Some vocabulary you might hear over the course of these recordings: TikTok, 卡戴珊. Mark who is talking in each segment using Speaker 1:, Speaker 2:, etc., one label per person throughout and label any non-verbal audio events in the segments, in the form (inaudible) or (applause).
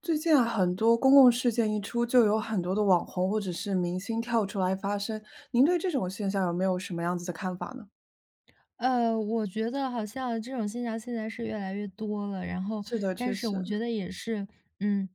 Speaker 1: 最近啊，很多公共事件一出，就有很多的网红或者是明星跳出来发声。您对这种现象有没有什么样子的看法呢？
Speaker 2: 我觉得好像这种现象现在是越来越多了，然后
Speaker 1: 是的，
Speaker 2: 但
Speaker 1: 确
Speaker 2: 是
Speaker 1: 实，
Speaker 2: 我觉得也是，嗯，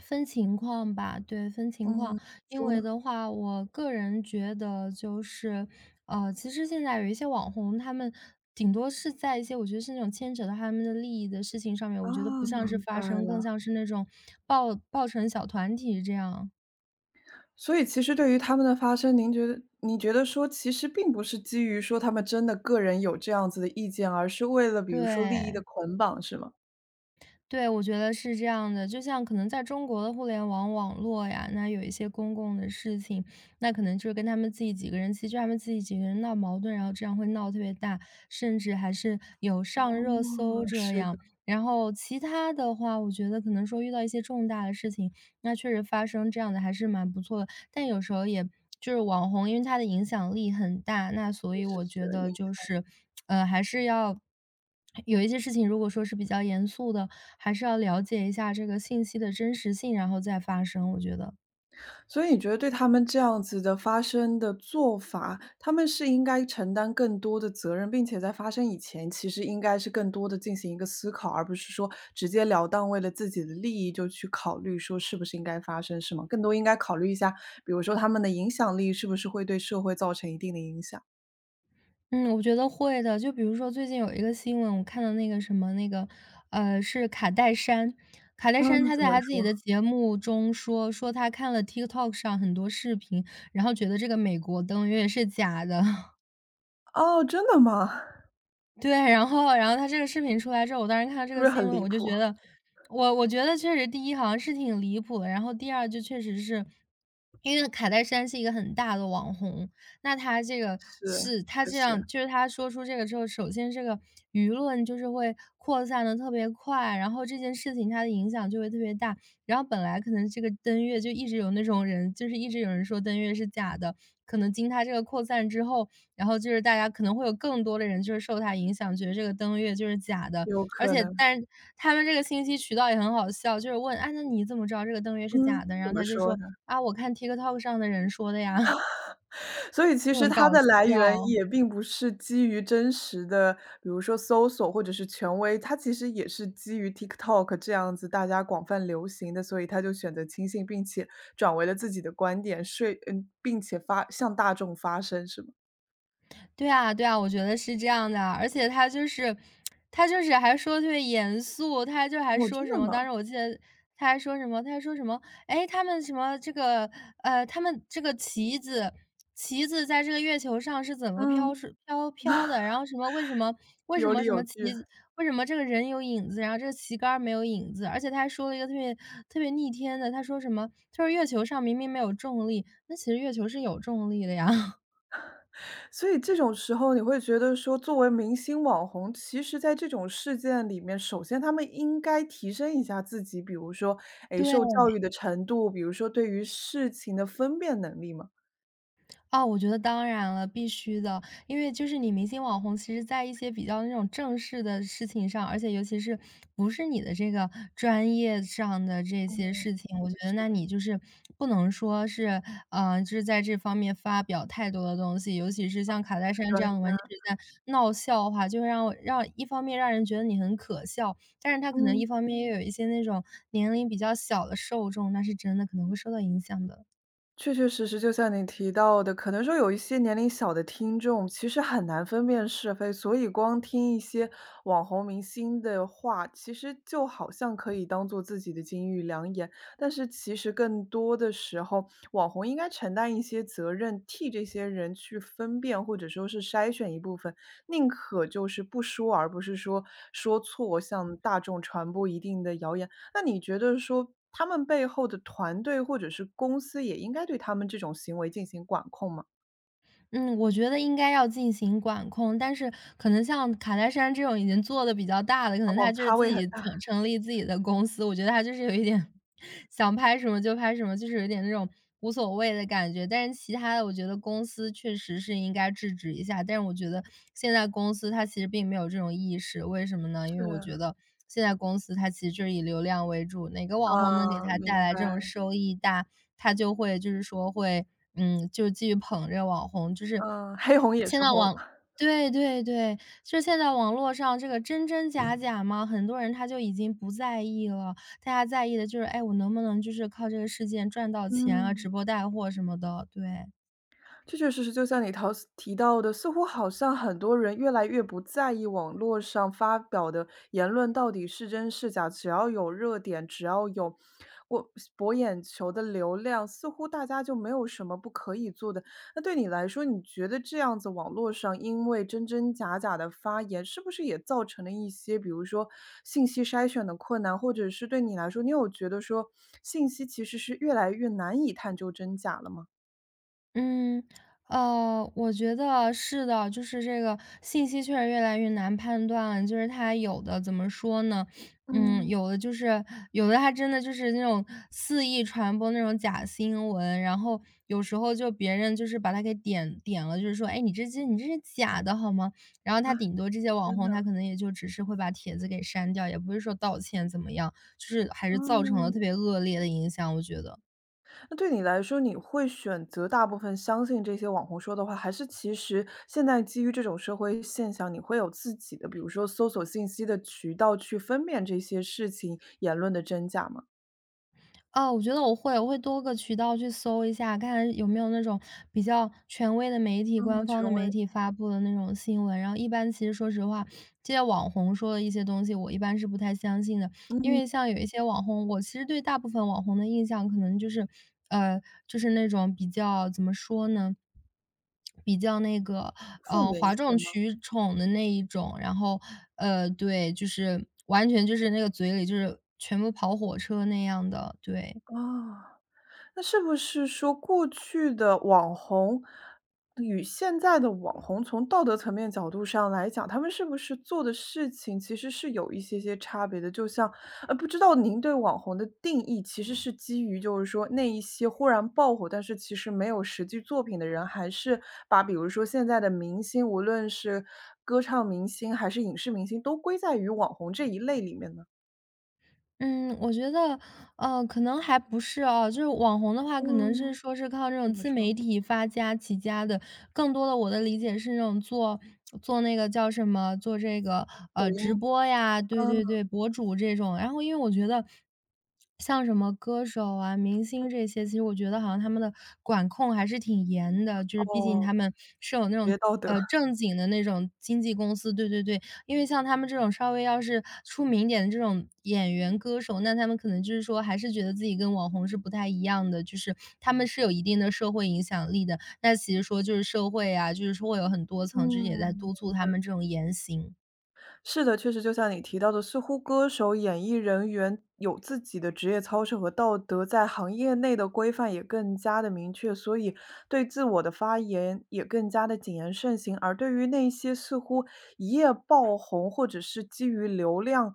Speaker 2: 分情况吧，对，分情况。
Speaker 1: 嗯，
Speaker 2: 因
Speaker 1: 说呢？
Speaker 2: 为的话，我个人觉得就是，其实现在有一些网红，他们顶多是在一些我觉得是那种牵扯到他们的利益的事情上面，我觉得
Speaker 1: 啊，
Speaker 2: 不像是
Speaker 1: 明
Speaker 2: 发
Speaker 1: 白
Speaker 2: 生，
Speaker 1: 了。
Speaker 2: 更像是那种抱成小团体这样，
Speaker 1: 所以其实对于他们的发声，您觉得你觉得说其实并不是基于说他们真的个人有这样子的意见，而是为了比如说利益的
Speaker 2: 对。
Speaker 1: 捆绑，是吗？
Speaker 2: 对，我觉得是这样的，就像可能在中国的互联网网络呀，那有一些公共的事情，那可能就是跟他们自己几个人，其实他们自己几个人闹矛盾，然后这样会闹特别大，甚至还是有
Speaker 1: 哦，
Speaker 2: 上热搜这
Speaker 1: 是的，
Speaker 2: 样。然后其他的话，我觉得可能说遇到一些重大的事情，那确实发生这样的还是蛮不错的，但有时候也就是网红，因为他的影响力很大，那所
Speaker 1: 确
Speaker 2: 以
Speaker 1: 实
Speaker 2: 我
Speaker 1: 是。
Speaker 2: 觉得就是，还是要有一些事情，如果说是比较严肃的，还是要了解一下这个信息的真实性，然后再发生，我觉得。
Speaker 1: 所以你觉得对他们这样子的发声的做法，他们是应该承担更多的责任，并且在发生以前，其实应该是更多的进行一个思考，而不是说直截了当为了自己的利益就去考虑说是不是应该发生，是吗？更多应该考虑一下，比如说他们的影响力是不是会对社会造成一定的影响。
Speaker 2: 嗯，我觉得会的。就比如说最近有一个新闻，我看到那个什么那个，是卡戴珊，卡戴
Speaker 1: 嗯，
Speaker 2: 珊她
Speaker 1: 怎
Speaker 2: 在
Speaker 1: 么
Speaker 2: 她自己
Speaker 1: 说？
Speaker 2: 的节目中说，说她看了 TikTok 上很多视频，然后觉得这个美国登月是假的。(laughs)
Speaker 1: 哦，真的吗？(laughs)
Speaker 2: 对，然后他这个视频出来之后，我当时看到这
Speaker 1: 是不
Speaker 2: 个
Speaker 1: 是
Speaker 2: 新
Speaker 1: 很
Speaker 2: 闻，
Speaker 1: 离
Speaker 2: 我就
Speaker 1: 谱？
Speaker 2: 觉得我觉得确实第一好像是挺离谱的，然后第二就确实是因为卡戴珊是一个很大的网红，那他这个
Speaker 1: 是，
Speaker 2: 是他
Speaker 1: 确
Speaker 2: 这
Speaker 1: 实，
Speaker 2: 样，就是他说出这个之后，首先这个舆论就是会扩散的特别快，然后这件事情它的影响就会特别大。然后本来可能这个登月就一直有那种人，就是一直有人说登月是假的，可能经他这个扩散之后，然后就是大家可能会有更多的人就是受他影响，觉得这个登月就是假的。
Speaker 1: 有
Speaker 2: 而
Speaker 1: 可
Speaker 2: 且
Speaker 1: 能。
Speaker 2: 但是他们这个信息渠道也很好笑，就是问：“啊，那你怎么知道这个登月是
Speaker 1: 嗯，
Speaker 2: 假的？”然
Speaker 1: 怎
Speaker 2: 后
Speaker 1: 么
Speaker 2: 他就
Speaker 1: 说
Speaker 2: 说：
Speaker 1: 呢？
Speaker 2: “啊，我看 TikTok 上的人说的呀。(laughs)”
Speaker 1: 所以其
Speaker 2: 就
Speaker 1: 实
Speaker 2: 很搞
Speaker 1: 它的来源
Speaker 2: 笑。
Speaker 1: 也并不是基于真实的，比如说搜索或者是权威，它其实也是基于 TikTok 这样子大家广泛流行的，所以他就选择轻信，并且转为了自己的观点，说嗯，并且发向大众发声，是吗？
Speaker 2: 对啊，对啊，我觉得是这样的啊，而且他就是还说得特别严肃，他就还
Speaker 1: 哦，
Speaker 2: 说
Speaker 1: 真
Speaker 2: 什
Speaker 1: 的
Speaker 2: 么
Speaker 1: 吗？
Speaker 2: 当时我记得他还说什么，哎，他们什么这个他们这个旗子在这个月球上是怎么
Speaker 1: 嗯，
Speaker 2: 飘是飘飘的，然后什么为什么为什
Speaker 1: 有
Speaker 2: 么
Speaker 1: 理
Speaker 2: 什
Speaker 1: 有
Speaker 2: 么旗
Speaker 1: 据。
Speaker 2: 子为什么这个人有影子，然后这个旗杆儿没有影子，而且他还说了一个特别逆天的，他说什么，他说月球上明明没有重力，那其实月球是有重力的呀，
Speaker 1: 所以这种时候你会觉得说，作为明星网红，其实在这种事件里面，首先他们应该提升一下自己，比如说，
Speaker 2: (laughs)
Speaker 1: 诶，
Speaker 2: 对。
Speaker 1: 受教育的程度，比如说对于事情的分辨能力嘛，
Speaker 2: 哦，我觉得当然了，必须的。因为就是你明星网红，其实在一些比较那种正式的事情上，而且尤其是不是你的这个专业上的这些事情，我觉得那你就是不能说是，嗯，就是在这方面发表太多的东西，尤其是像卡戴
Speaker 1: 是不是
Speaker 2: 珊这
Speaker 1: 专
Speaker 2: 样的，完全是在闹笑话，就会让我让一方面让人觉得你很可笑，但是他可能
Speaker 1: 嗯。
Speaker 2: 一方面又有一些那种年龄比较小的受众，那是真的可能会受到影响的。
Speaker 1: 确确实实，就像你提到的，可能说有一些年龄小的听众，其实很难分辨是非，所以光听一些网红明星的话，其实就好像可以当做自己的金玉良言。但是其实更多的时候，网红应该承担一些责任，替这些人去分辨，或者说是筛选一部分，宁可就是不说，而不是说说错，向大众传播一定的谣言。那你觉得说他们背后的团队或者是公司也应该对他们这种行为进行管控吗？
Speaker 2: 嗯，我觉得应该要进行管控，但是可能像卡戴珊这种已经做的比较大的，可能他
Speaker 1: 哦，
Speaker 2: 就是
Speaker 1: 咖
Speaker 2: 自
Speaker 1: 位很
Speaker 2: 己
Speaker 1: 大。
Speaker 2: 成立自己的公司，我觉得他就是有一点想拍什么就拍什么，就是有点那种无所谓的感觉。但是其他的，我觉得公司确实是应该制止一下，但是我觉得现在公司他其实并没有这种意识，为什么呢？因
Speaker 1: 是，
Speaker 2: 为我觉得现在公司它其实就是以流量为主，哪个网红能给
Speaker 1: 啊，
Speaker 2: 他带
Speaker 1: 明
Speaker 2: 来这种
Speaker 1: 白，
Speaker 2: 收益大，他就会就是说会，嗯，就继续捧这个网红。就是
Speaker 1: 嗯，(laughs) 黑红也
Speaker 2: 现
Speaker 1: 是
Speaker 2: 在
Speaker 1: 红。
Speaker 2: 网对对对，就是现在网络上这个真真假假嘛，很多人他就已经不在意了，大家在意的就是，哎，我能不能就是靠这个事件赚到钱啊，
Speaker 1: 嗯。
Speaker 2: 直播带货什么的，对。
Speaker 1: 确确实实，就像你陶提到的，似乎好像很多人越来越不在意网络上发表的言论到底是真是假，只要有热点，只要有我博眼球的流量，似乎大家就没有什么不可以做的。那对你来说，你觉得这样子网络上因为真真假假的发言，是不是也造成了一些，比如说信息筛选的困难，或者是对你来说，你有觉得说信息其实是越来越难以探究真假了吗？
Speaker 2: 嗯，我觉得是的，就是这个信息确实越来越难判断了。就是他有的怎么说呢？嗯，
Speaker 1: 嗯。
Speaker 2: 有的，他真的就是那种肆意传播那种假新闻，然后有时候就别人就是把它给点点了，就是说，哎，你这是假的好吗？然后他顶多这些网
Speaker 1: 真的。
Speaker 2: 红，他可能也就只是会把帖子给删掉，也不会说道歉怎么样，就是还是造成了
Speaker 1: 嗯，
Speaker 2: 特别恶劣的影响，我觉得。
Speaker 1: 那对你来说，你会选择大部分相信这些网红说的话，还是其实现在基于这种社会现象，你会有自己的，比如说搜索信息的渠道去分辨这些事情言论的真假吗？
Speaker 2: 哦，我觉得我会，我会多个渠道去搜一下，看看有没有那种比较权威的媒体、
Speaker 1: 嗯，
Speaker 2: 官方
Speaker 1: 权
Speaker 2: 的
Speaker 1: 威，
Speaker 2: 媒体发布的那种新闻。然后一般其实说实话，这些网红说的一些东西，我一般是不太相信的。因
Speaker 1: 嗯，
Speaker 2: 为像有一些网红，我其实对大部分网红的印象可能就是，呃，就是那种比较怎么说呢，比较那个，
Speaker 1: 负
Speaker 2: 嗯，
Speaker 1: 面一
Speaker 2: 哗
Speaker 1: 些
Speaker 2: 众
Speaker 1: 吗？
Speaker 2: 取宠的那一种。然后，对，就是完全就是那个嘴里就是全部跑火车那样的，对。
Speaker 1: 啊。那是不是说过去的网红与现在的网红，从道德层面角度上来讲，他们是不是做的事情其实是有一些些差别的？就像，不知道您对网红的定义其实是基于就是说那一些忽然爆火，但是其实没有实际作品的人，还是把比如说现在的明星，无论是歌唱明星还是影视明星，都归在于网红这一类里面呢？
Speaker 2: 嗯，我觉得，可能还不是哦。就是网红的话，可能是
Speaker 1: 嗯，
Speaker 2: 说是靠这
Speaker 1: 怎
Speaker 2: 种
Speaker 1: 么
Speaker 2: 自
Speaker 1: 说？
Speaker 2: 媒体发家起家的。更多的我的理解是那种做那个叫什么，做这个
Speaker 1: 抖
Speaker 2: 直
Speaker 1: 音，
Speaker 2: 播呀，对
Speaker 1: 嗯，
Speaker 2: 对对，博主这种。然后因为我觉得，像什么歌手啊、明星这些，其实我觉得好像他们的管控还是挺严的，就是毕竟
Speaker 1: 哦，
Speaker 2: 他们是有那
Speaker 1: 职
Speaker 2: 种
Speaker 1: 业道德。
Speaker 2: 正经的那种经纪公司，对对对。因为像他们这种稍微要是出名点的这种演员、歌手，那他们可能就是说还是觉得自己跟网红是不太一样的，就是他们是有一定的社会影响力的。那其实说就是社会啊，就是说会有很多层，就是也在
Speaker 1: 嗯，
Speaker 2: 督促他们这种言行。
Speaker 1: 是的，确实就像你提到的，似乎歌手、演艺人员有自己的职业操守和道德，在行业内的规范也更加的明确，所以对自我的发言也更加的谨言慎行。而对于那些似乎一夜爆红，或者是基于流量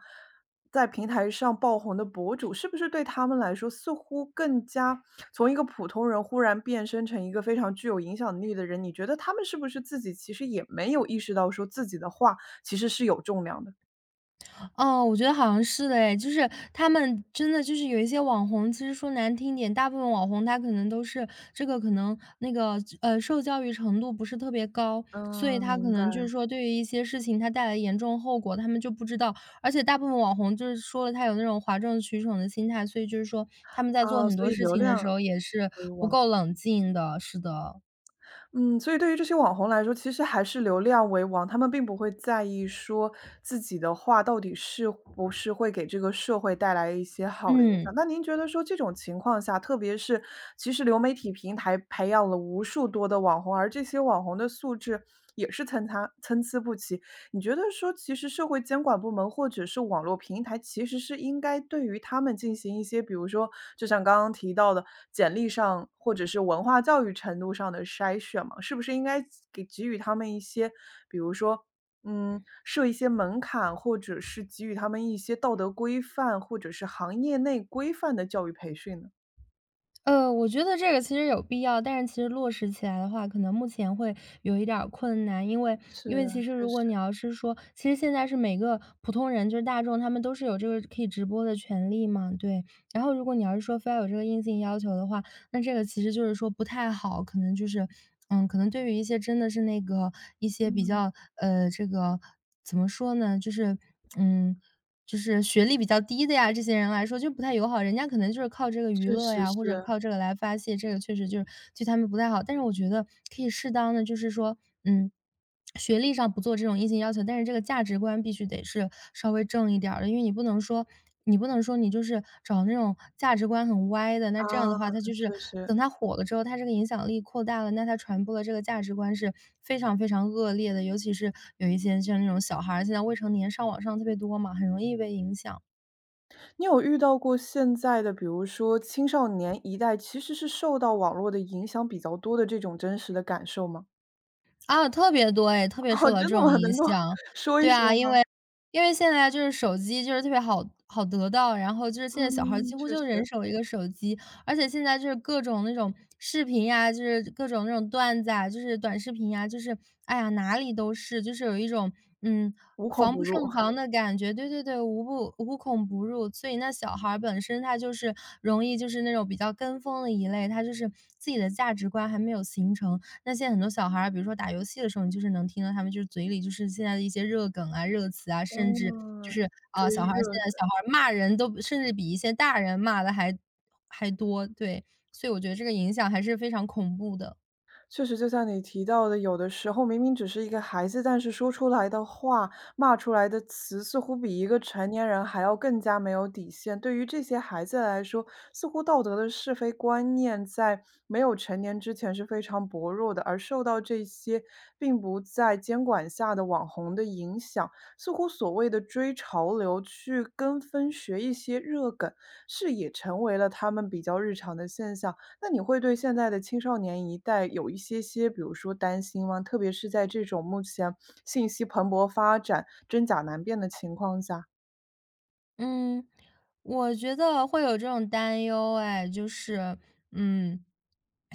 Speaker 1: 在平台上爆红的博主，是不是对他们来说，似乎更加从一个普通人忽然变身成一个非常具有影响力的人？你觉得他们是不是自己其实也没有意识到，说自己的话其实是有重量的。
Speaker 2: 哦，我觉得好像是的哎，就是他们真的就是有一些网红，其实说难听点，大部分网红他可能都是这个可能那个受教育程度不是特别高，所以
Speaker 1: 嗯，
Speaker 2: 他可
Speaker 1: 明
Speaker 2: 能就是
Speaker 1: 白。
Speaker 2: 说对于一些事情他带来严重后果，他们就不知道，而且大部分网红就是说了他有那种哗众取宠的心态，所以就是说他们在做
Speaker 1: 啊，
Speaker 2: 很
Speaker 1: 所
Speaker 2: 多
Speaker 1: 以
Speaker 2: 事
Speaker 1: 流
Speaker 2: 情
Speaker 1: 量
Speaker 2: 的时候也是
Speaker 1: 为
Speaker 2: 不
Speaker 1: 王。
Speaker 2: 够冷静的，是的，
Speaker 1: 嗯，所以对于这些网红来说，其实还是流量为王，他们并不会在意说自己的话到底是不是会给这个社会带来一些好的影
Speaker 2: 嗯。
Speaker 1: 响。那您觉得说这种情况下，特别是其实流媒体平台培养了无数多的网红，而这些网红的素质也是参差不齐，你觉得说，其实社会监管部门或者是网络平台，其实是应该对于他们进行一些，比如说，就像刚刚提到的简历上或者是文化教育程度上的筛选嘛？是不是应该给予他们一些，比如说，嗯，设一些门槛，或者是给予他们一些道德规范，或者是行业内规范的教育培训呢？
Speaker 2: 我觉得这个其实有必要，但是其实落实起来的话，可能目前会有一点儿困难，因为
Speaker 1: 是，
Speaker 2: 因为其实
Speaker 1: 确
Speaker 2: 如果
Speaker 1: 实，
Speaker 2: 你要是说，其实现在是每个普通人，就是大众，他们都是有这个可以直播的权利嘛，对。然后如果你要是说非要有这个硬性要求的话，那这个其实就是说不太好，可能就是，嗯，可能对于一些真的是那个一些比
Speaker 1: 嗯，
Speaker 2: 较这个怎么说呢，就是嗯。就是学历比较低的呀，这些人来说就不太友好，人家可能就是靠这个娱
Speaker 1: 确
Speaker 2: 乐
Speaker 1: 实
Speaker 2: 呀，
Speaker 1: 是，
Speaker 2: 或者靠这个来发泄，这个确实就是对他们不太好。但是我觉得可以适当的就是说，嗯，学历上不做这种硬性要求，但是这个价值观必须得是稍微正一点儿的，因为你不能说你就是找那种价值观很歪的，那
Speaker 1: 啊，
Speaker 2: 这样的话，它就是
Speaker 1: 确实。
Speaker 2: 等它火了之后，它这个影响力扩大了，那它传播的这个价值观是非常非常恶劣的。尤其是有一些像那种小孩儿，现在未成年上网上特别多嘛，很容易被影响。
Speaker 1: 你有遇到过现在的，比如说青少年一代，其实是受到网络的影响比较多的这种真实的感受吗？
Speaker 2: 啊，特别多哎，特
Speaker 1: (laughs)
Speaker 2: 别
Speaker 1: 哦，
Speaker 2: 受到
Speaker 1: 真
Speaker 2: 这
Speaker 1: 的
Speaker 2: 种
Speaker 1: 吗？
Speaker 2: 影
Speaker 1: 能够
Speaker 2: 响。
Speaker 1: 说一
Speaker 2: 对啊，
Speaker 1: 说
Speaker 2: 因
Speaker 1: 吗？
Speaker 2: 为因为现在就是手机就是特别好得到，然后就是现在小孩儿
Speaker 1: 嗯，
Speaker 2: 几乎
Speaker 1: 确
Speaker 2: 就
Speaker 1: 实，
Speaker 2: 人手一个手机，而且现在就是各种那种视频呀，就是各种那种段子啊，就是短视频呀，就是哎呀哪里都是，就是有一种嗯
Speaker 1: 无孔
Speaker 2: 防
Speaker 1: 不
Speaker 2: 不
Speaker 1: 入。
Speaker 2: 胜防的感觉。对对对，无孔不入，所以那小孩儿本身他就是容易就是那种比较跟风的一类，他就是自己的价值观还没有形成。那现在很多小孩儿，比如说打游戏的时候，你就是能听到他们就是嘴里就是现在的一些热梗啊、热词啊，甚至就
Speaker 1: 嗯，
Speaker 2: 是
Speaker 1: 追
Speaker 2: 啊，小孩儿现
Speaker 1: 热。
Speaker 2: 在小孩儿骂人都甚至比一些大人骂的还多，对，所以我觉得这个影响还是非常恐怖的。
Speaker 1: 确实，就像你提到的，有的时候明明只是一个孩子，但是说出来的话、骂出来的词，似乎比一个成年人还要更加没有底线。对于这些孩子来说，似乎道德的是非观念在没有成年之前是非常薄弱的，而受到这些并不在监管下的网红的影响，似乎所谓的追潮流、去跟风学一些热梗，是也成为了他们比较日常的现象。那你会对现在的青少年一代有一些些，比如说担心吗？特别是在这种目前信息蓬勃发展、真假难辨的情况下。
Speaker 2: 嗯，我觉得会有这种担忧哎，嗯，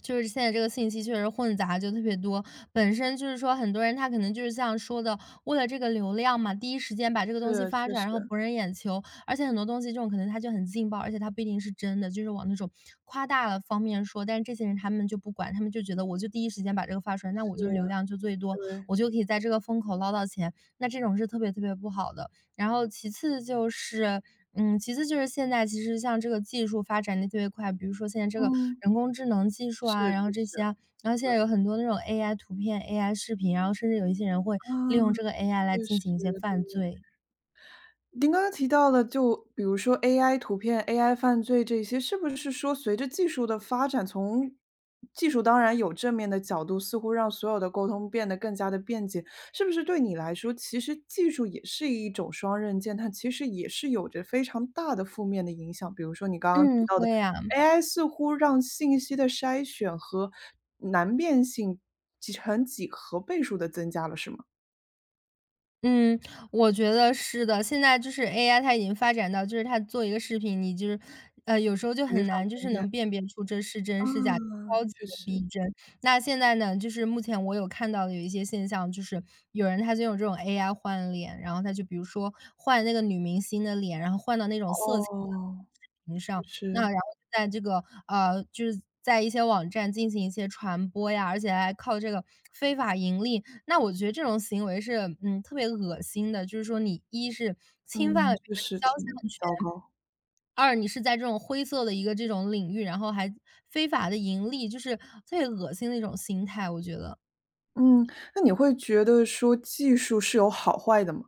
Speaker 2: 就是现在这个信息确实混杂就特别多，本身就是说很多人他可能就是像说的，为了这个流量嘛，第一时间把这个东西
Speaker 1: 是，
Speaker 2: 发
Speaker 1: 确
Speaker 2: 出来，然后
Speaker 1: 实，
Speaker 2: 博人眼球，而且很多东西这种可能它就很劲爆，而且它不一定是真的，就是往那种夸大了方面说，但是这些人他们就不管，他们就觉得我就第一时间把这个发出来，那
Speaker 1: 是，
Speaker 2: 我就是流量就最多，
Speaker 1: 对，
Speaker 2: 我就可以在这个风口捞到钱，那这种是特别特别不好的。然后其次就是，其次就是现在其实像这个技术发展的特别快，比如说现在这个
Speaker 1: 嗯。
Speaker 2: 人工智能技术
Speaker 1: 是，
Speaker 2: 啊，然后
Speaker 1: 确
Speaker 2: 这
Speaker 1: 实，
Speaker 2: 些啊，然后现在
Speaker 1: 对，
Speaker 2: 有很多那种 AI 图片、AI 视频，然后甚至有一些人会
Speaker 1: 啊，
Speaker 2: 利用这个 AI 来
Speaker 1: 确
Speaker 2: 进
Speaker 1: 实。
Speaker 2: 行一些犯罪。
Speaker 1: 您刚刚提到的，就比如说 AI 图片、AI 犯罪这些，是不是说随着技术的发展，从技术当然有正面的角度，似乎让所有的沟通变得更加的便捷，是不是对你来说，其实技术也是一种双刃剑，它其实也是有着非常大的负面的影响？比如说你刚刚提
Speaker 2: 嗯，
Speaker 1: 到的
Speaker 2: 会呀。
Speaker 1: AI 似乎让信息的筛选和难辨性几成几何倍数的增加了，是吗？
Speaker 2: 嗯，我觉得是的。现在就是 AI 它已经发展到，就是它做一个视频，你就是有时候就
Speaker 1: 没
Speaker 2: 很
Speaker 1: 法
Speaker 2: 难就
Speaker 1: 分
Speaker 2: 是
Speaker 1: 辨，
Speaker 2: 能辨别出这是真
Speaker 1: 啊，
Speaker 2: 是假，超级
Speaker 1: 确
Speaker 2: 的逼
Speaker 1: 实。
Speaker 2: 真。那现在呢，就是目前我有看到的有一些现象，就是有人他就用这种 AI 换脸，然后他就比如说换那个女明星的脸，然后换到那种色情的
Speaker 1: 哦，
Speaker 2: 视频上，
Speaker 1: 是，
Speaker 2: 那然后在这个就是在一些网站进行一些传播呀，而且还靠这个非法盈利。那我觉得这种行为是，特别恶心的。就是说你一是侵犯了
Speaker 1: 嗯，
Speaker 2: 别
Speaker 1: 确
Speaker 2: 人的
Speaker 1: 实
Speaker 2: 肖
Speaker 1: 挺
Speaker 2: 像
Speaker 1: 糟
Speaker 2: 权，
Speaker 1: 糕。
Speaker 2: 二你是在这种灰色的一个这种领域，然后还非法的盈利，就是特别恶心的一种心态，我觉得。
Speaker 1: 嗯，那你会觉得说技术是有好坏的吗？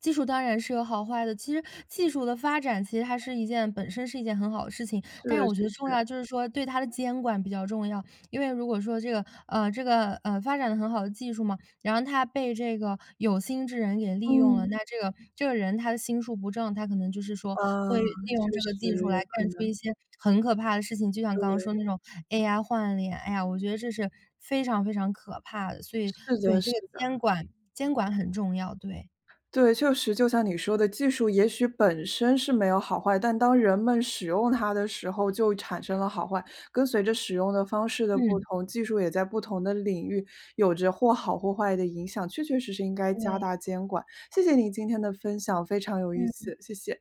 Speaker 2: 技术当然是有好坏的，其实技术的发展其实它是一件本身是一件很好的事情，但是
Speaker 1: 是，
Speaker 2: 我觉
Speaker 1: 确
Speaker 2: 得重
Speaker 1: 实，
Speaker 2: 要就是说对它的监管比较重要。因为如果说这个发展的很好的技术嘛，然后它被这个有心之人给利用了，
Speaker 1: 嗯，
Speaker 2: 那这个人他的心术不正，他可能就是说
Speaker 1: 啊，
Speaker 2: 会利用
Speaker 1: 确
Speaker 2: 这个技
Speaker 1: 实
Speaker 2: 术来
Speaker 1: 有可
Speaker 2: 干出
Speaker 1: 能，
Speaker 2: 一些很可怕的事情，就像刚刚说
Speaker 1: 对，
Speaker 2: 那种 AI 换脸，哎呀，我觉得这是非常非常可怕的。所以
Speaker 1: 是的
Speaker 2: 对这
Speaker 1: 是
Speaker 2: 个监管很重要，对，
Speaker 1: 对，确实就像你说的，技术也许本身是没有好坏，但当人们使用它的时候，就产生了好坏。跟随着使用的方式的不
Speaker 2: 嗯。
Speaker 1: 同，技术也在不同的领域有着或好或坏的影响，确确实实应该加
Speaker 2: 对，
Speaker 1: 大监管。谢谢您今天的分享，非常有意
Speaker 2: 嗯。
Speaker 1: 思，谢谢。